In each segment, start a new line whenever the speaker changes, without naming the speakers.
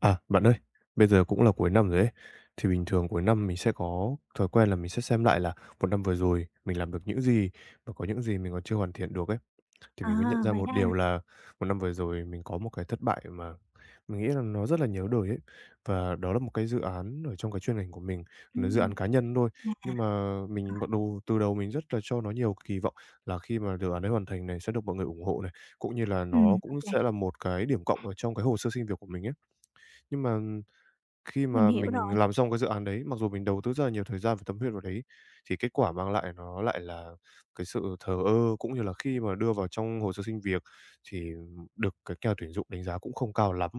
À, bạn ơi, bây giờ cũng là cuối năm rồi ấy. Thì bình thường cuối năm mình sẽ có thói quen là mình sẽ xem lại là một năm vừa rồi mình làm được những gì và có những gì mình còn chưa hoàn thiện được ấy. Thì
À,
mình mới nhận ra
Vậy
một
đó ha.
điều là một năm vừa rồi mình có một cái thất bại mà mình nghĩ là nó rất là nhớ đời ấy. Và đó là một cái dự án ở trong cái chuyên ngành của mình, nó dự
Ừm.
án cá nhân thôi.
Chà.
Nhưng mà mình bắt đầu từ đầu mình rất là cho nó nhiều kỳ vọng, là khi mà dự án ấy hoàn thành này sẽ được mọi người ủng hộ này, cũng như là
Ừm,
nó
ô
cũng
kê,
sẽ là một cái điểm cộng ở trong cái hồ sơ xin việc của mình ấy. Nhưng mà khi
mình
mà
hiểu
mình
rồi,
làm xong cái dự án đấy, mặc dù mình đầu tư rất là nhiều thời gian và tâm huyết vào đấy, thì kết quả mang lại nó lại là cái sự thờ ơ, cũng như là khi mà đưa vào trong hồ sơ xin việc thì được cái nhà tuyển dụng đánh giá cũng không cao lắm.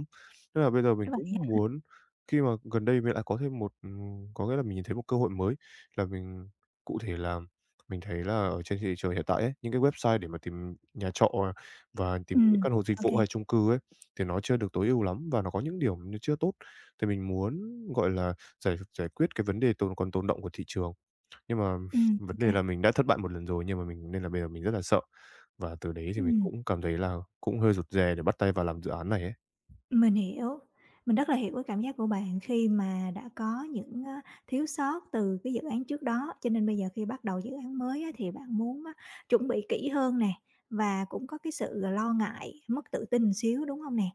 Nên là bây giờ mình
đúng vậy
cũng
á.
muốn, khi mà gần đây mình lại có thêm một có nghĩa là mình nhìn thấy một cơ hội mới, là mình, cụ thể là mình thấy là ở trên thị trường hiện tại ấy, những cái website để mà tìm nhà trọ và tìm những
Ừm,
căn hộ dịch
ô
vụ
kê,
hay chung cư ấy, thì nó chưa được tối ưu lắm và nó có những điểm nó chưa tốt. Thì mình muốn, gọi là, giải giải quyết cái vấn đề còn tồn đọng của thị trường. Nhưng mà
ô
vấn đề
kê,
là mình đã thất bại một lần rồi, nhưng mà mình nên là bây giờ mình rất là sợ. Và từ đấy thì mình
ừm.
cũng cảm thấy là cũng hơi rụt rè để bắt tay vào làm dự án này ấy.
Mình hiểu, mình rất là hiểu cái cảm giác của bạn khi mà đã có những, thiếu sót từ cái dự án trước đó, cho nên bây giờ khi bắt đầu dự án mới á thì bạn muốn á chuẩn bị kỹ hơn nè, và cũng có cái sự lo ngại, mất tự tin một xíu, đúng không nè?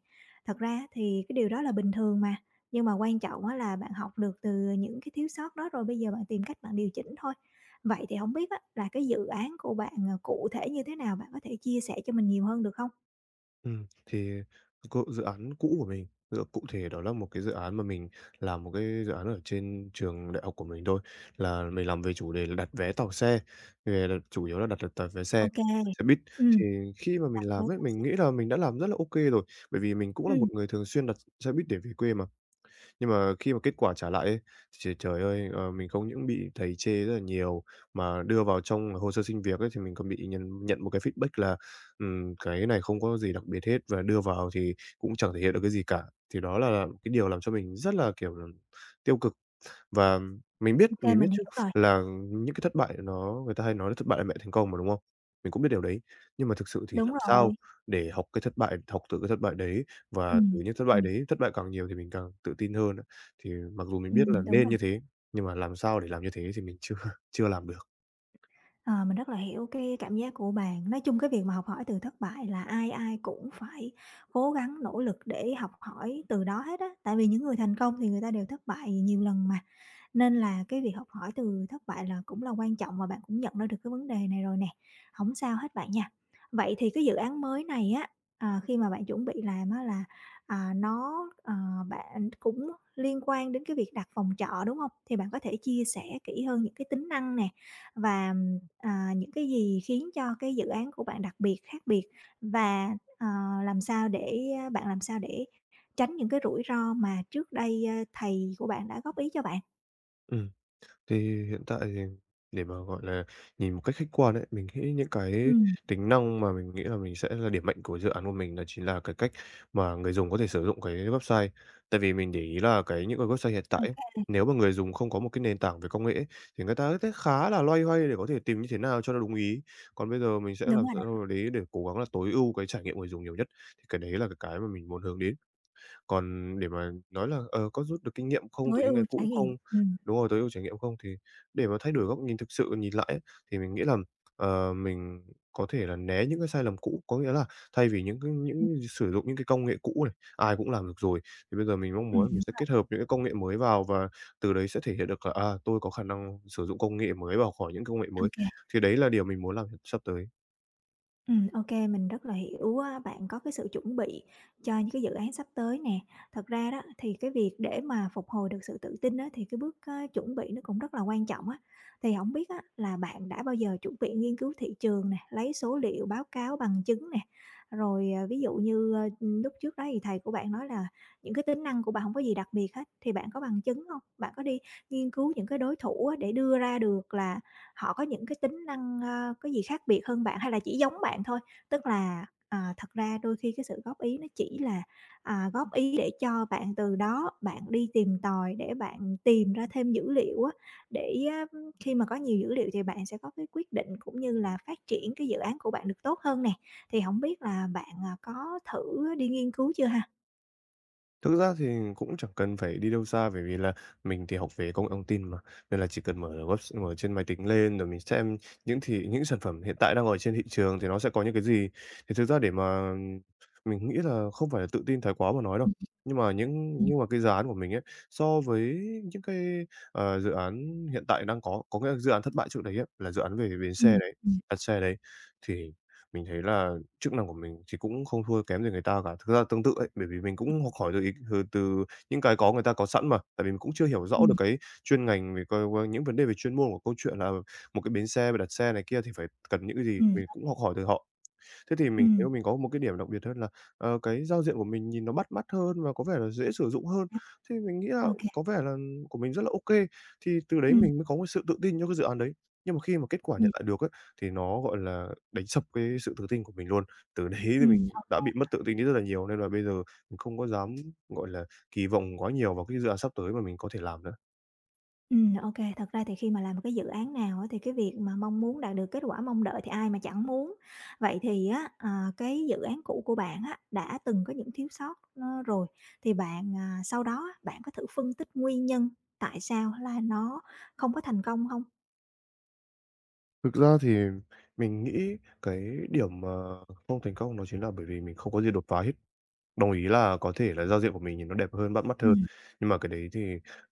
Thật ra thì cái điều đó là bình thường mà, nhưng mà quan trọng á là bạn học được từ những cái thiếu sót đó rồi bây giờ bạn tìm cách bạn điều chỉnh thôi. Vậy thì không biết á là cái dự án của bạn, cụ thể như thế nào? Bạn có thể chia sẻ cho mình nhiều hơn được không?
Thì cộ dự án cũ của mình, dự cụ thể đó là một cái dự án mà mình làm, một cái dự án ở trên trường đại học của mình thôi, là mình làm về chủ đề là đặt vé tàu xe, về là chủ yếu là đặt đặt vé xe,
Ok kê.
xe buýt.
Ừm.
Thì khi mà mình làm ấy, mình nghĩ là mình đã làm rất là ok rồi, bởi vì mình cũng là một người thường xuyên đặt xe buýt để về quê mà. Nhưng mà khi mà kết quả trả lại ấy, trời trời ơi, mình không những bị thầy chê rất là nhiều, mà đưa vào trong hồ sơ xin việc ấy, thì mình còn bị nhận nhận một cái feedback là, cái này không có gì đặc biệt hết, và đưa vào thì cũng chẳng thể hiện được cái gì cả. Thì đó là cái điều làm cho mình rất là, kiểu là, tiêu cực. Và mình biết
Ô kê,
mình biết
mình
chứ,
hiểu rồi,
là những cái thất bại nó, người ta hay nói là thất bại là mẹ thành công mà, đúng không? Mình cũng biết điều đấy, nhưng mà thực sự thì
đúng
làm sao
rồi.
để học từ cái thất bại đấy, và
Ừm,
từ những thất bại
ừm,
đấy, thất bại càng nhiều thì mình càng tự tin hơn á. Thì mặc dù mình biết là
đúng
nên
rồi.
như thế, nhưng mà làm sao để làm như thế thì mình chưa chưa làm được.
Ờ, mình rất là hiểu cái cảm giác của bạn. Nói chung cái việc mà học hỏi từ thất bại là ai ai cũng phải cố gắng nỗ lực để học hỏi từ đó hết á, tại vì những người thành công thì người ta đều thất bại nhiều lần mà. Nên là cái việc học hỏi từ thất bại là cũng là quan trọng và bạn cũng nhận ra được cái vấn đề này rồi nè, không sao hết bạn nha. Vậy thì cái dự án mới này á, khi mà bạn chuẩn bị làm á là, nó, bạn cũng liên quan đến cái việc đặt phòng trọ, đúng không? Thì bạn có thể chia sẻ kỹ hơn những cái tính năng nè và, những cái gì khiến cho cái dự án của bạn đặc biệt, khác biệt và, ờ, làm sao để tránh những cái rủi ro mà trước đây, thầy của bạn đã góp ý cho bạn?
Ừm. Thì hiện tại thì để mà, gọi là, nhìn một cách khách quan ấy, mình nghĩ những cái
Ừm,
tính năng mà mình nghĩ là mình sẽ là điểm mạnh của dự án của mình là chính là cái cách mà người dùng có thể sử dụng cái website. Tại vì mình để ý là những cái website hiện tại
ô
ấy,
kê,
nếu mà người dùng không có một cái nền tảng về công nghệ ấy, thì người ta sẽ khá là loay hoay để có thể tìm như thế nào cho nó đúng ý. Còn bây giờ mình sẽ
đúng
làm
rồi đó,
sao đấy để cố gắng là tối ưu cái trải nghiệm người dùng nhiều nhất, thì cái đấy là cái mà mình muốn hướng đến. Còn để mà nói là, ờ, có rút được kinh nghiệm không từ
tối
những ngày
ưu
cũ
trải
không?
nghiệm,
Đúng rồi, tối ưu trải nghiệm không? Thì để mà thay đổi góc nhìn, thực sự nhìn lại ấy, thì mình nghĩ là, ờ, mình có thể là né những cái sai lầm cũ. Có nghĩa là thay vì những cái
ừm,
những sử dụng những cái công nghệ cũ này, ai cũng làm được rồi, thì bây giờ mình mong muốn mình
đúng,
sẽ kết hợp những cái công nghệ mới vào, và từ đấy sẽ thể hiện được là, à, tôi có khả năng sử dụng công nghệ mới và khỏi những công nghệ
ô
mới.
kê.
Thì đấy là điều mình muốn làm sắp tới.
Ừm, ô mình rất là hiểu á, bạn có cái sự chuẩn bị cho những cái dự án sắp tới nè. Thật ra đó thì cái việc để mà phục hồi được sự tự tin á, thì cái bước, chuẩn bị nó cũng rất là quan trọng á. Thì không biết á, là bạn đã bao giờ chuẩn bị nghiên cứu thị trường nè, lấy số liệu, báo cáo, bằng chứng nè, rồi, ví dụ như, lúc trước đó thì thầy của bạn nói là những cái tính năng của bạn không có gì đặc biệt hết, thì bạn có bằng chứng không? Bạn có đi nghiên cứu những cái đối thủ á, để đưa ra được là họ có những cái tính năng, có gì khác biệt hơn bạn hay là chỉ giống bạn thôi? Tức là, thật ra đôi khi cái sự góp ý nó chỉ là, góp ý để cho bạn từ đó bạn đi tìm tòi để bạn tìm ra thêm dữ liệu á, để á, khi mà có nhiều dữ liệu thì bạn sẽ có cái quyết định cũng như là phát triển cái dự án của bạn được tốt hơn nè. Thì không biết là bạn, có thử đi nghiên cứu chưa ha?
Thực ra thì cũng chẳng cần phải đi đâu xa, bởi vì là mình thì học về công nghệ thông tin mà, nên là chỉ cần mở trên máy tính lên rồi mình xem những sản phẩm hiện tại đang ở trên thị trường thì nó sẽ có những cái gì. Thì thực ra để mà mình nghĩ là không phải là tự tin thái quá mà nói đâu, nhưng mà
Ừ,
cái dự án của mình ấy, so với những cái, ờ, dự án hiện tại đang có nghĩa là dự án thất bại trước đấy á, là dự án về bến
ừ,
xe đấy,
ừm,
đặt xe đấy, thì mình thấy là chức năng của mình thì cũng không thua kém gì người ta cả. Thực ra tương tự ấy, bởi vì mình cũng học hỏi được ý từ từ những cái người ta có sẵn mà, tại vì mình cũng chưa hiểu
ừ,
rõ được cái chuyên ngành, về coi qua những vấn đề về chuyên môn của câu chuyện là một cái bến xe và đặt xe này kia thì phải cần những cái gì,
ừ.
mình cũng học hỏi từ họ. Thế thì mình
Ừm,
thấy mình có một cái điểm đặc biệt hơn là, ờ, cái giao diện của mình nhìn nó bắt mắt hơn và có vẻ là dễ sử dụng hơn.
ừm.
Thế mình nghĩ là
Ô kê.
có vẻ là của mình rất là ok, thì từ đấy
Ừm.
mình mới có một sự tự tin cho cái dự án đấy. Nhưng mà khi mà kết quả nhận lại được ấy, thì nó, gọi là, đánh sập cái sự tự tin của mình luôn. Từ đấy thì mình đã bị mất tự tin đi rất là nhiều, nên là bây giờ mình không có dám, gọi là, kỳ vọng quá nhiều vào cái dự án sắp tới mà mình có thể làm nữa.
Ừm. Thật ra thì khi mà làm một cái dự án nào á, thì cái việc mà mong muốn đạt được kết quả mong đợi thì ai mà chẳng muốn. Vậy thì á, cái dự án cũ của bạn á, đã từng có những thiếu sót, rồi, thì bạn, sau đó á, bạn có thử phân tích nguyên nhân tại sao là nó không có thành công không?
Thực ra thì mình nghĩ cái điểm mà không thành công nó chính là bởi vì mình không có gì đột phá hết. Đồng ý là có thể là giao diện của mình nhìn nó đẹp hơn, bắt mắt hơn,
Ừm,
nhưng mà cái đấy thì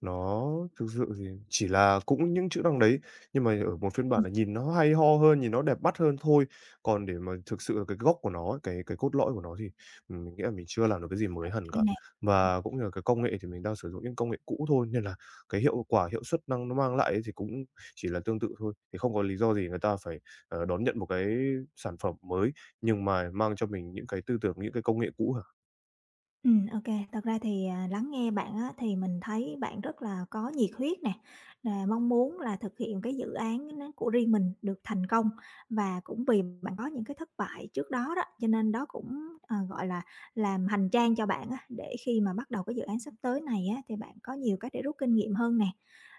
nó thực sự thì chỉ là cũng những chữ đằng đấy, nhưng mà ở một phiên bản
ừm,
là nhìn nó hay ho hơn, nhìn nó đẹp mắt hơn thôi. Còn để mà thực sự là cái gốc của nó ấy, cái cốt lõi của nó thì, mình nghĩ là mình chưa làm được cái gì mới hẳn cả.
cái này.
Và cũng như là cái công nghệ thì mình đang sử dụng những công nghệ cũ thôi, nên là cái hiệu quả, hiệu suất năng nó mang lại ấy thì cũng chỉ là tương tự thôi, thì không có lý do gì người ta phải, ờ, đón nhận một cái sản phẩm mới, nhưng mà mang cho mình những cái tư tưởng, những cái công nghệ cũ.
Ừm. Thật ra thì, lắng nghe bạn á, thì mình thấy bạn rất là có nhiệt huyết nè, là mong muốn là thực hiện cái dự án nó của riêng mình được thành công và cũng vì bạn có những cái thất bại trước đó đó, cho nên đó cũng, gọi là, làm hành trang cho bạn á, để khi mà bắt đầu cái dự án sắp tới này á, thì bạn có nhiều cách để rút kinh nghiệm hơn nè.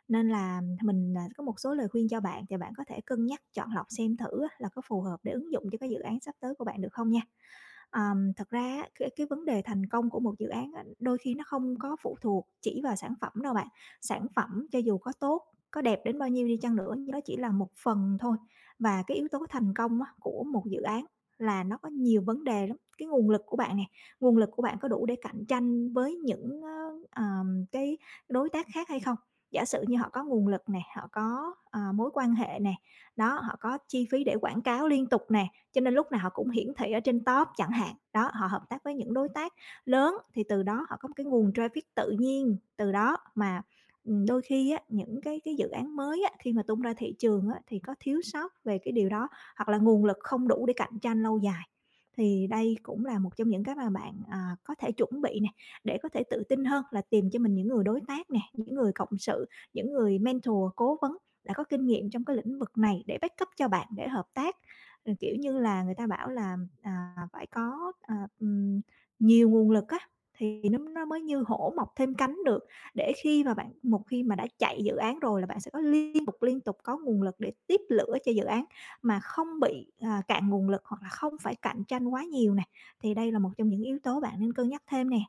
Nên là mình, có một số lời khuyên cho bạn thì bạn có thể cân nhắc chọn lọc xem thử á, là có phù hợp để ứng dụng cho cái dự án sắp tới của bạn được không nha. Thật ra á, cái vấn đề thành công của một dự án á, đôi khi nó không có phụ thuộc chỉ vào sản phẩm đâu bạn. Sản phẩm cho dù có tốt, có đẹp đến bao nhiêu đi chăng nữa, nó chỉ là một phần thôi. Và cái yếu tố thành công á, của một dự án là nó có nhiều vấn đề lắm. Cái nguồn lực của bạn nè, nguồn lực của bạn có đủ để cạnh tranh với những, cái đối tác khác hay không? Giả sử như họ có nguồn lực nè, họ có, mối quan hệ nè, đó, họ có chi phí để quảng cáo liên tục nè, cho nên lúc nào họ cũng hiển thị ở trên top chẳng hạn. Đó, họ hợp tác với những đối tác lớn thì từ đó họ có một cái nguồn traffic tự nhiên, từ đó mà, đôi khi á, những cái dự án mới á, khi mà tung ra thị trường á, thì có thiếu sót về cái điều đó, hoặc là nguồn lực không đủ để cạnh tranh lâu dài. Thì đây cũng là một trong những cái mà bạn, có thể chuẩn bị nè, để có thể tự tin hơn là tìm cho mình những người đối tác nè, những người cộng sự, những người mentor, cố vấn đã có kinh nghiệm trong cái lĩnh vực này để backup cho bạn để hợp tác. Ờ, kiểu như là, người ta bảo là, phải có, ừm, nhiều nguồn lực á, thì nó mới như hổ mọc thêm cánh được, để khi mà bạn một khi mà đã chạy dự án rồi là bạn sẽ có liên tục có nguồn lực để tiếp lửa cho dự án, mà không bị, cạn nguồn lực hoặc là không phải cạnh tranh quá nhiều nè, thì đây là một trong những yếu tố bạn nên cân nhắc thêm nè.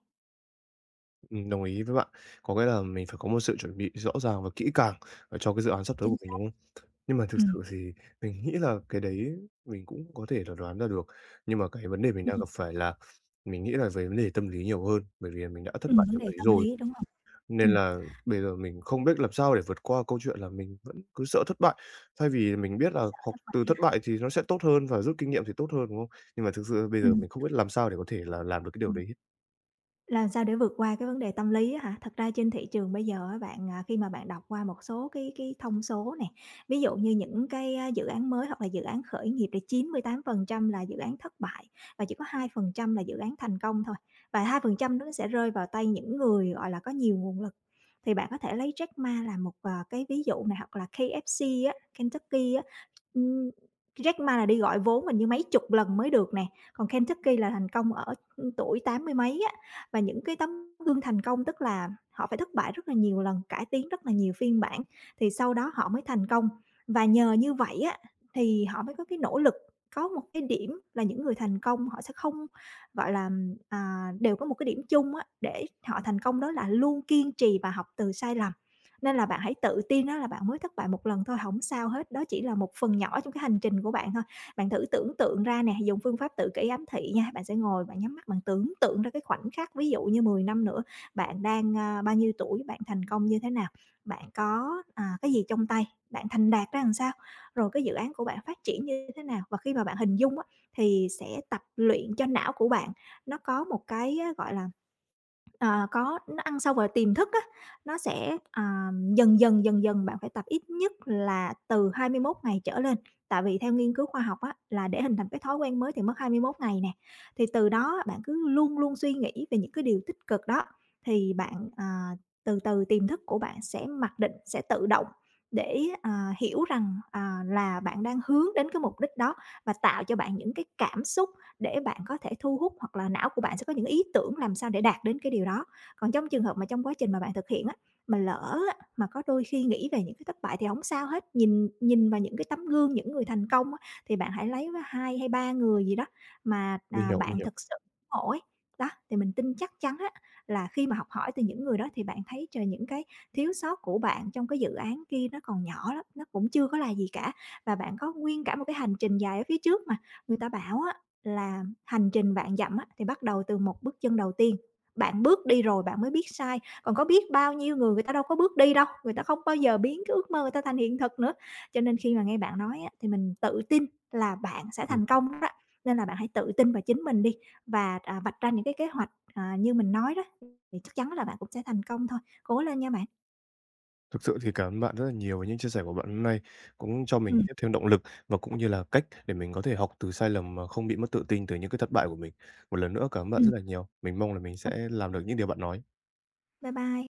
Đồng ý với bạn. Có nghĩa là mình phải có một sự chuẩn bị rõ ràng và kỹ càng, ờ, cho cái dự án sắp tới của
Chính
mình,
xác.
đúng không? Nhưng mà thực
Ừm,
sự thì mình nghĩ là cái đấy mình cũng có thể là đoán ra được. Nhưng mà cái vấn đề mình đang
ừm,
gặp phải là mình nghĩ là về vấn đề tâm lý nhiều hơn, bởi vì mình đã thất bại
vấn
trong
đề
đấy
tâm
rồi,
lý, đúng không?
nên
Ừm,
là bây giờ mình không biết làm sao để vượt qua câu chuyện là mình vẫn cứ sợ thất bại. Thay vì mình biết là
sợ
học
thất
từ
bại
thất
ha,
bại thì nó sẽ tốt hơn và rút kinh nghiệm thì tốt hơn, đúng không? Nhưng mà thực sự bây giờ
ừm.
mình không biết làm sao để có thể là làm được cái điều đấy.
Làm sao để vượt qua cái vấn đề tâm lý á hả? Thật ra trên thị trường bây giờ á bạn, khi mà bạn đọc qua một số cái thông số nè, ví dụ như những cái, dự án mới hoặc là dự án khởi nghiệp thì 98% là dự án thất bại và chỉ có 2% là dự án thành công thôi, và 2% đó nó sẽ rơi vào tay những người, gọi là, có nhiều nguồn lực. Thì bạn có thể lấy Jack Ma làm một, cái ví dụ này hoặc là KFC á, Kentucky á, ừm, Jack Ma là đi gọi vốn mình như mấy chục lần mới được nè, còn Kentucky là thành công ở, tuổi tám mươi mấy á. Và những cái tấm gương thành công tức là họ phải thất bại rất là nhiều lần, cải tiến rất là nhiều phiên bản thì sau đó họ mới thành công. Và nhờ như vậy á, thì họ mới có cái nỗ lực, có một cái điểm là những người thành công họ sẽ không, gọi là, đều có một cái điểm chung á, để họ thành công đó là luôn kiên trì và học từ sai lầm. Nên là bạn hãy tự tin đó là bạn mới thất bại một lần thôi, không sao hết, đó chỉ là một phần nhỏ trong cái hành trình của bạn thôi. Bạn thử tưởng tượng ra nè, dùng phương pháp tự kỷ ám thị nha, bạn sẽ ngồi bạn nhắm mắt bạn tưởng tượng ra cái khoảnh khắc, ví dụ như 10 năm nữa bạn đang, bao nhiêu tuổi, bạn thành công như thế nào, bạn có, cái gì trong tay, bạn thành đạt ra làm sao, rồi cái dự án của bạn phát triển như thế nào. Và khi mà bạn hình dung á, thì sẽ tập luyện cho não của bạn nó có một cái á, gọi là. Ờ, có, nó ăn sâu vào tiềm thức á, nó sẽ, dần dần, dần dần bạn phải tập ít nhất là từ 21 ngày trở lên. Tại vì theo nghiên cứu khoa học á, là để hình thành cái thói quen mới thì mất 21 ngày nè, thì từ đó bạn cứ luôn luôn suy nghĩ về những cái điều tích cực đó, thì bạn, từ từ tiềm thức của bạn sẽ mặc định, sẽ tự động để, hiểu rằng, là bạn đang hướng đến cái mục đích đó và tạo cho bạn những cái cảm xúc để bạn có thể thu hút hoặc là não của bạn sẽ có những ý tưởng làm sao để đạt đến cái điều đó. Còn trong trường hợp mà trong quá trình mà bạn thực hiện á, mà lỡ á, mà có đôi khi nghĩ về những cái thất bại thì không sao hết, nhìn nhìn vào những cái tấm gương, những người thành công á, thì bạn hãy lấy 2 hay 3 người gì đó mà,
Mình hiểu, mình
bạn
hiểu.
thực sự ngộ ấy. Đó, thì mình tin chắc chắn á, là khi mà học hỏi từ những người đó thì bạn thấy trời, những cái thiếu sót của bạn trong cái dự án kia nó còn nhỏ lắm, nó cũng chưa có là gì cả, và bạn có nguyên cả một cái hành trình dài ở phía trước mà. Người ta bảo á là hành trình vạn dặm á, thì bắt đầu từ một bước chân đầu tiên, bạn bước đi rồi bạn mới biết sai, còn có biết bao nhiêu người người ta đâu có bước đi đâu, người ta không bao giờ biến cái ước mơ người ta thành hiện thực nữa. Cho nên khi mà nghe bạn nói á, thì mình tự tin là bạn sẽ thành công đó, nên là bạn hãy tự tin vào chính mình đi và, vạch ra những cái kế hoạch, như mình nói đó, thì chắc chắn là bạn cũng sẽ thành công thôi. Cố lên nha bạn!
Thực sự thì cảm ơn bạn rất là nhiều với những chia sẻ của bạn hôm nay, cũng cho mình
Ừm,
tiếp thêm động lực và cũng như là cách để mình có thể học từ sai lầm mà không bị mất tự tin từ những cái thất bại của mình. Một lần nữa cảm ơn bạn rất
ừm,
là nhiều. Mình mong là mình sẽ làm được những điều bạn nói.
bye bye.